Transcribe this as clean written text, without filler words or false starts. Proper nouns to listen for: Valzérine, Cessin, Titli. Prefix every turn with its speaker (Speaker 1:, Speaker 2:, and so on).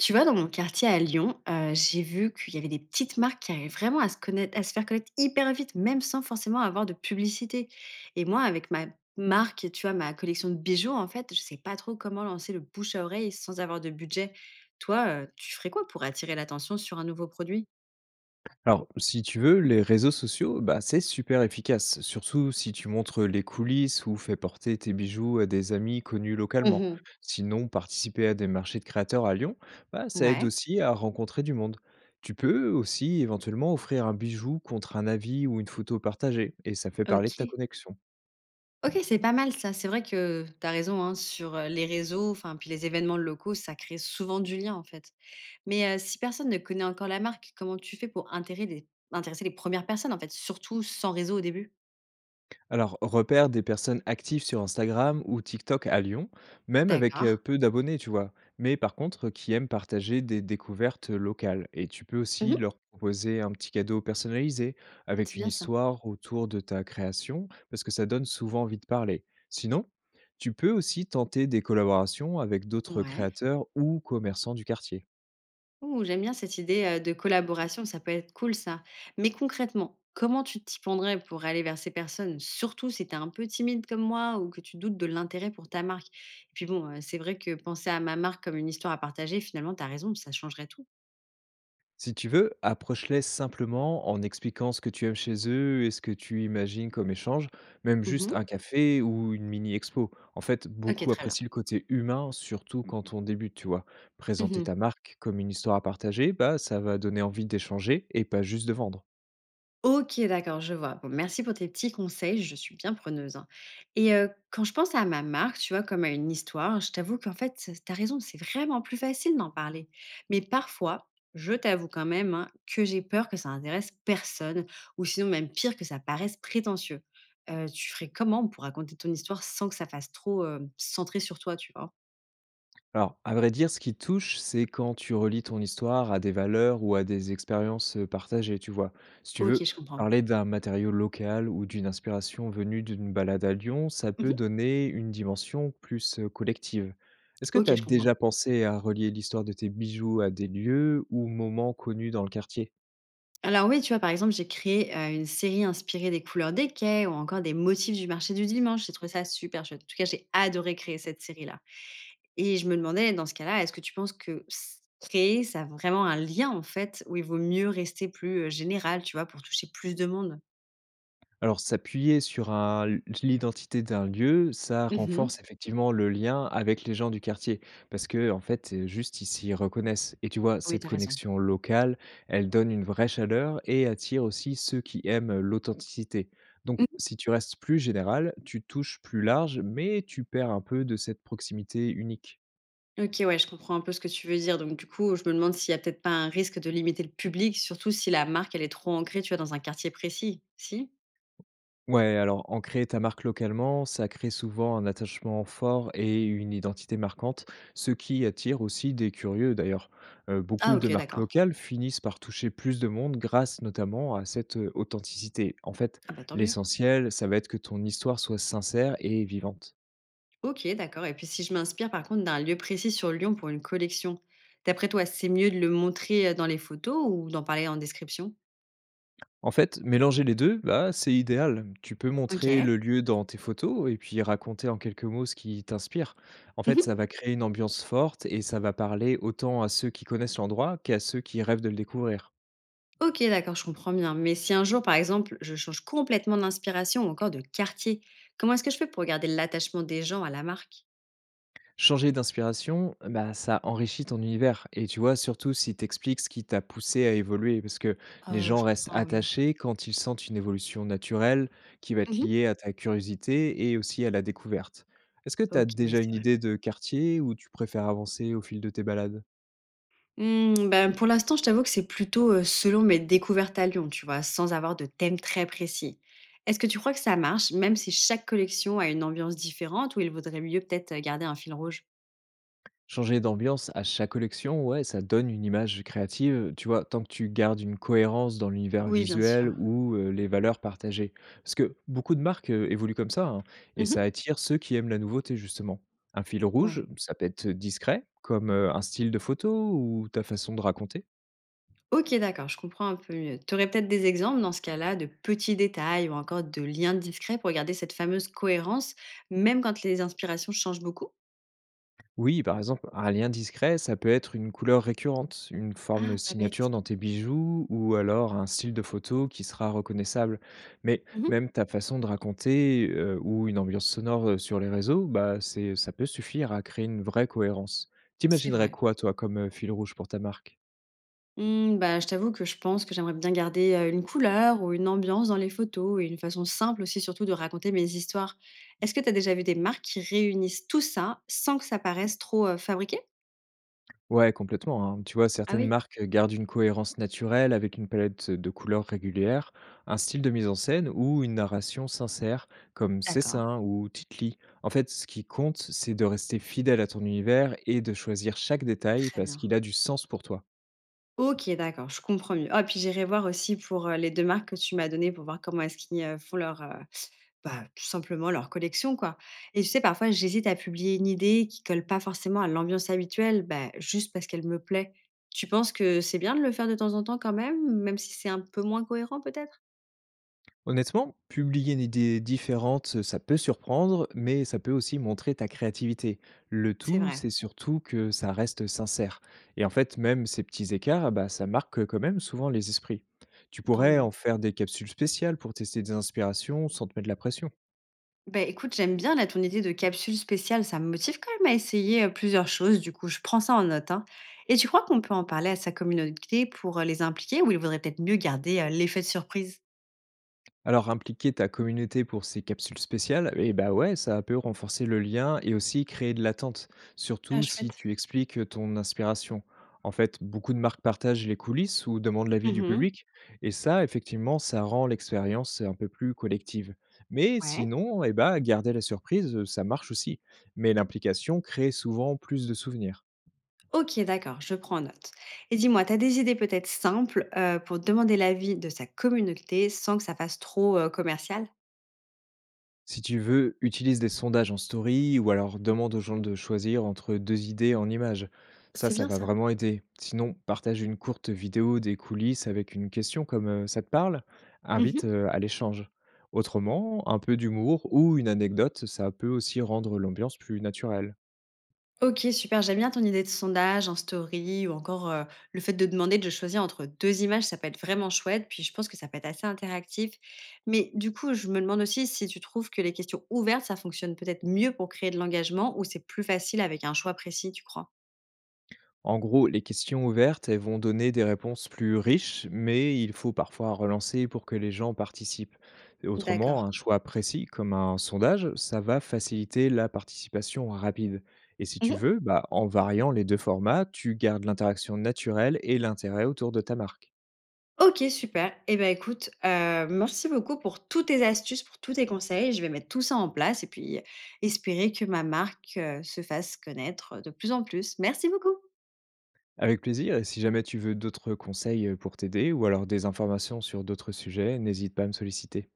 Speaker 1: Tu vois, dans mon quartier à Lyon, j'ai vu qu'il y avait des petites marques qui arrivaient vraiment à se faire connaître hyper vite, même sans forcément avoir de publicité. Et moi, avec ma marque, tu vois, ma collection de bijoux, en fait, je sais pas trop comment lancer le bouche à oreille sans avoir de budget. Toi, tu ferais quoi pour attirer l'attention sur un nouveau produit?
Speaker 2: Alors, si tu veux, les réseaux sociaux, bah, c'est super efficace, surtout si tu montres les coulisses ou fais porter tes bijoux à des amis connus localement.
Speaker 1: Mmh.
Speaker 2: Sinon, participer à des marchés de créateurs à Lyon, bah, ça aide
Speaker 1: Ouais,
Speaker 2: aussi à rencontrer du monde. Tu peux aussi éventuellement offrir un bijou contre un avis ou une photo partagée, et ça fait parler de ta
Speaker 1: OK.
Speaker 2: connexion.
Speaker 1: OK, c'est pas mal ça. C'est vrai que tu as raison, hein, sur, les réseaux, enfin, puis les événements locaux, ça crée souvent du lien, en fait. Mais si personne ne connaît encore la marque, comment tu fais pour intérer les intéresser les premières personnes, en fait? Surtout sans réseau au début?
Speaker 2: Alors, repère des personnes actives sur Instagram ou TikTok à Lyon, même avec
Speaker 1: D'accord.
Speaker 2: peu d'abonnés, tu vois. Mais par contre, qui aiment partager des découvertes locales. Et tu peux aussi
Speaker 1: Mmh.
Speaker 2: leur proposer un petit cadeau personnalisé avec
Speaker 1: C'est
Speaker 2: une
Speaker 1: bien ça.
Speaker 2: histoire autour de ta création, parce que ça donne souvent envie de parler. Sinon, tu peux aussi tenter des collaborations avec d'autres
Speaker 1: Ouais.
Speaker 2: créateurs ou commerçants du quartier.
Speaker 1: Ouh, j'aime bien cette idée, de collaboration, ça peut être cool ça. Mais concrètement, comment tu t'y prendrais pour aller vers ces personnes? Surtout si tu es un peu timide comme moi ou que tu doutes de l'intérêt pour ta marque? Et puis bon, c'est vrai que penser à ma marque comme une histoire à partager, finalement, tu as raison, ça changerait tout.
Speaker 2: Si tu veux, approche-les simplement en expliquant ce que tu aimes chez eux et ce que tu imagines comme échange, même juste
Speaker 1: Mmh.
Speaker 2: un café ou une mini-expo. En fait,
Speaker 1: OK,
Speaker 2: beaucoup
Speaker 1: très bien.
Speaker 2: apprécient le côté humain, surtout quand on débute, tu vois. Présenter
Speaker 1: Mmh.
Speaker 2: ta marque comme une histoire à partager, bah, ça va donner envie d'échanger et pas juste de vendre.
Speaker 1: OK, d'accord, je vois. Bon, merci pour tes petits conseils, je suis bien preneuse, hein. Et quand je pense à ma marque, tu vois, comme à une histoire, je t'avoue qu'en fait, c tu raison, c'est vraiment plus facile d'en parler. Mais parfois, je t'avoue quand même, hein, que j'ai peur que ça intéresse personne ou sinon même pire, que ça paraisse prétentieux. Tu ferais comment pour raconter ton histoire sans que ça fasse trop, centré sur toi, tu vois?
Speaker 2: Alors, à vrai dire, ce qui touche, c'est quand tu relis ton histoire à des valeurs ou à des expériences, partagées, tu vois? Si tu
Speaker 1: OK,
Speaker 2: veux,
Speaker 1: je comprends.
Speaker 2: parler d'un matériau local ou d'une inspiration venue d'une balade à Lyon, ça peut
Speaker 1: Mmh.
Speaker 2: donner une dimension plus, collective. Est-ce que tu
Speaker 1: OK,
Speaker 2: as
Speaker 1: je comprends.
Speaker 2: déjà pensé à relier l'histoire de tes bijoux à des lieux ou moments connus dans le quartier?
Speaker 1: Alors oui, tu vois, par exemple, j'ai créé, une série inspirée des couleurs des quais ou encore des motifs du marché du dimanche. J'ai trouvé ça super chouette. En tout cas, j'ai adoré créer cette série-là et je me demandais dans ce cas-là, est-ce que tu penses que s créer, ça a vraiment un lien, en fait, où il vaut mieux rester plus, général, tu vois, pour toucher plus de monde?
Speaker 2: Alors s'appuyer sur un l'identité d'un lieu, ça
Speaker 1: Mmh.
Speaker 2: renforce effectivement le lien avec les gens du quartier. Parce que en fait, juste ils s'y reconnaissent et tu vois,
Speaker 1: Oui,
Speaker 2: cette
Speaker 1: t'as raison.
Speaker 2: connexion locale, elle donne une vraie chaleur et attire aussi ceux qui aiment, l'authenticité. Donc
Speaker 1: Mmh.
Speaker 2: si tu restes plus général, tu touches plus large, mais tu perds un peu de cette proximité unique.
Speaker 1: OK, ouais, je comprends un peu ce que tu veux dire. Donc du coup, je me demande s'il y a peut-être pas un risque de limiter le public, surtout si la marque, elle est trop ancrée, tu vois, dans un quartier précis, si?
Speaker 2: Ouais, alors en créer ta marque localement, ça crée souvent un attachement fort et une identité marquante, ce qui attire aussi des curieux d'ailleurs.
Speaker 1: Ah
Speaker 2: Beaucoup de
Speaker 1: OK,
Speaker 2: marques
Speaker 1: d'accord.
Speaker 2: locales finissent par toucher plus de monde grâce notamment à cette authenticité. En fait,
Speaker 1: Ah bah, tant mieux.
Speaker 2: l'essentiel, ça va être que ton histoire soit sincère et vivante.
Speaker 1: Ok, d'accord. Et puis si je m'inspire par contre d'un lieu précis sur Lyon pour une collection, d'après toi, c'est mieux de le montrer dans les photos ou d'en parler en description.
Speaker 2: En fait, mélanger les 2, bah, c'est idéal. Tu peux
Speaker 1: Ok.
Speaker 2: montrer le lieu dans tes photos et puis raconter en quelques mots ce qui t'inspire. En fait, ça
Speaker 1: Mhm.
Speaker 2: va créer une ambiance forte et ça va parler autant à ceux qui connaissent l'endroit qu'à ceux qui rêvent de le découvrir.
Speaker 1: Ok, d'accord, je comprends bien. Mais si un jour, par exemple, je change complètement d'inspiration ou encore de quartier, comment est-ce que je fais pour garder l'attachement des gens à la marque?
Speaker 2: Changer d'inspiration, bah, ça enrichit ton univers et tu vois, surtout si tu ce qui t'a poussé à évoluer parce que les
Speaker 1: Oh,
Speaker 2: gens
Speaker 1: je
Speaker 2: restent
Speaker 1: comprends, oui.
Speaker 2: attachés quand ils sentent une évolution naturelle qui va être
Speaker 1: Mhm.
Speaker 2: liée à ta curiosité et aussi à la découverte. Est-ce que tu as
Speaker 1: Ok, oui,
Speaker 2: déjà une
Speaker 1: c'est
Speaker 2: idée de quartier ou tu préfères avancer au fil de tes balades?
Speaker 1: Mmh, ben, pour l'instant, je t'avoue que c'est plutôt, selon mes découvertes à Lyon, tu vois? Sans avoir de thème très précis. Est-ce que tu crois que ça marche, même si chaque collection a une ambiance différente ou il vaudrait mieux peut-être, garder un fil rouge?
Speaker 2: Changer d'ambiance à chaque collection, ouais, ça donne une image créative, tu vois, tant que tu gardes une cohérence dans l'univers
Speaker 1: Oui, bien sûr.
Speaker 2: visuel ou les valeurs partagées. Parce que beaucoup de marques, évoluent comme ça, hein, et ça
Speaker 1: Mmh.
Speaker 2: attire ceux qui aiment la nouveauté, justement. Un fil rouge,
Speaker 1: Ouais.
Speaker 2: ça peut être discret, comme, un style de photo ou ta façon de raconter.
Speaker 1: OK, d'accord, je comprends un peu mieux. Tu aurais peut-être des exemples dans ce cas-là de petits détails ou encore de liens discrets pour garder cette fameuse cohérence, même quand les inspirations changent beaucoup?
Speaker 2: Oui, par exemple, un lien discret, ça peut être une couleur récurrente, une
Speaker 1: Ah,
Speaker 2: forme
Speaker 1: pas
Speaker 2: signature
Speaker 1: bête.
Speaker 2: dans tes bijoux ou alors un style de photo qui sera reconnaissable. Mais
Speaker 1: Mmh.
Speaker 2: même ta façon de raconter ou une ambiance sonore sur les réseaux, bah, c'est, ça peut suffire à créer une vraie cohérence.
Speaker 1: C'est
Speaker 2: T'imaginerais
Speaker 1: vrai.
Speaker 2: quoi, toi, comme fil rouge pour ta marque?
Speaker 1: Mmh, bah, je t'avoue que je pense que j'aimerais bien garder, une couleur ou une ambiance dans les photos et une façon simple aussi surtout de raconter mes histoires. Est-ce que tu as déjà vu des marques qui réunissent tout ça sans que ça paraisse trop, fabriqué?
Speaker 2: Ouais, complètement, hein. Tu vois,
Speaker 1: Ah
Speaker 2: certaines
Speaker 1: oui?
Speaker 2: marques gardent une cohérence naturelle avec une palette de couleurs régulière, un style de mise en scène ou une narration sincère, comme
Speaker 1: D'accord,
Speaker 2: Cessin ou Titli. En fait, ce qui compte, c'est de rester fidèle à ton univers et de choisir chaque détail
Speaker 1: très
Speaker 2: parce
Speaker 1: bien.
Speaker 2: qu'il a du sens pour toi.
Speaker 1: OK, d'accord, je comprends mieux. Oh, puis j'irai voir aussi pour, les 2 marques que tu m'as données pour voir comment est-ce qu'ils, font leur, Bah, tout simplement leur collection, quoi. Et tu sais, parfois, j'hésite à publier une idée qui colle pas forcément à l'ambiance habituelle, bah, juste parce qu'elle me plaît. Tu penses que c'est bien de le faire de temps en temps quand même, même si c'est un peu moins cohérent peut-être?
Speaker 2: Honnêtement, publier une idée différente, ça peut surprendre, mais ça peut aussi montrer ta créativité. Le
Speaker 1: C'est
Speaker 2: tout,
Speaker 1: vrai,
Speaker 2: c'est surtout que ça reste sincère. Et en fait, même ces petits écarts, ah bah, ça marque quand même souvent les esprits. Tu
Speaker 1: tant
Speaker 2: pourrais
Speaker 1: mieux.
Speaker 2: en faire des capsules spéciales pour tester des inspirations sans te mettre la pression.
Speaker 1: Bah, écoute, j'aime bien la ton idée de capsule spéciale, ça me motive quand même à essayer plusieurs choses, du coup, je prends ça en note, hein. Et tu crois qu'on peut en parler à sa communauté pour les impliquer ou il vaudrait peut-être mieux garder l'effet de surprise?
Speaker 2: Alors, impliquer ta communauté pour ces capsules spéciales, eh bah ouais, ça peut renforcer le lien et aussi créer de l'attente,
Speaker 1: Ah,
Speaker 2: surtout si
Speaker 1: chouette.
Speaker 2: tu expliques ton inspiration. En fait, beaucoup de marques partagent les coulisses ou demandent l'avis du
Speaker 1: Mhm.
Speaker 2: public, et ça, effectivement, ça rend l'expérience un peu plus collective. Mais
Speaker 1: Ouais.
Speaker 2: sinon, eh bah, garder la surprise, ça marche aussi. Mais l'implication crée souvent plus de souvenirs.
Speaker 1: OK, d'accord, je prends note. Et dis-moi, tu as des idées peut-être simples, pour demander l'avis de sa communauté sans que ça fasse trop, commercial?
Speaker 2: Si tu veux, utilise des sondages en story ou alors demande aux gens de choisir entre deux idées en images. Ça,
Speaker 1: C'est
Speaker 2: ça
Speaker 1: bien
Speaker 2: va
Speaker 1: ça.
Speaker 2: vraiment aider. Sinon, partage une courte vidéo des coulisses avec une question comme ça te parle, invite
Speaker 1: Mmh.
Speaker 2: à l'échange. Autrement, un peu d'humour ou une anecdote, ça peut aussi rendre l'ambiance plus naturelle.
Speaker 1: OK, super, j'aime bien ton idée de sondage en story ou encore, le fait de demander de choisir entre 2 images, ça peut être vraiment chouette, puis je pense que ça peut être assez interactif. Mais du coup, je me demande aussi si tu trouves que les questions ouvertes, ça fonctionne peut-être mieux pour créer de l'engagement ou c'est plus facile avec un choix précis, tu crois?
Speaker 2: En gros, les questions ouvertes, elles vont donner des réponses plus riches, mais il faut parfois relancer pour que les gens participent. Et
Speaker 1: D'accord.
Speaker 2: autrement, un choix précis, comme un sondage, ça va faciliter la participation rapide. Et si tu
Speaker 1: Mmh.
Speaker 2: veux, bah, en variant les deux formats, tu gardes l'interaction naturelle et l'intérêt autour de ta marque.
Speaker 1: OK, super. Et ben écoute, merci beaucoup pour toutes tes astuces, pour tous tes conseils. Je vais mettre tout ça en place et puis espérer que ma marque, se fasse connaître de plus en plus. Merci beaucoup.
Speaker 2: Avec plaisir, et si jamais tu veux d'autres conseils pour t'aider ou alors des informations sur d'autres sujets, n'hésite pas à me solliciter.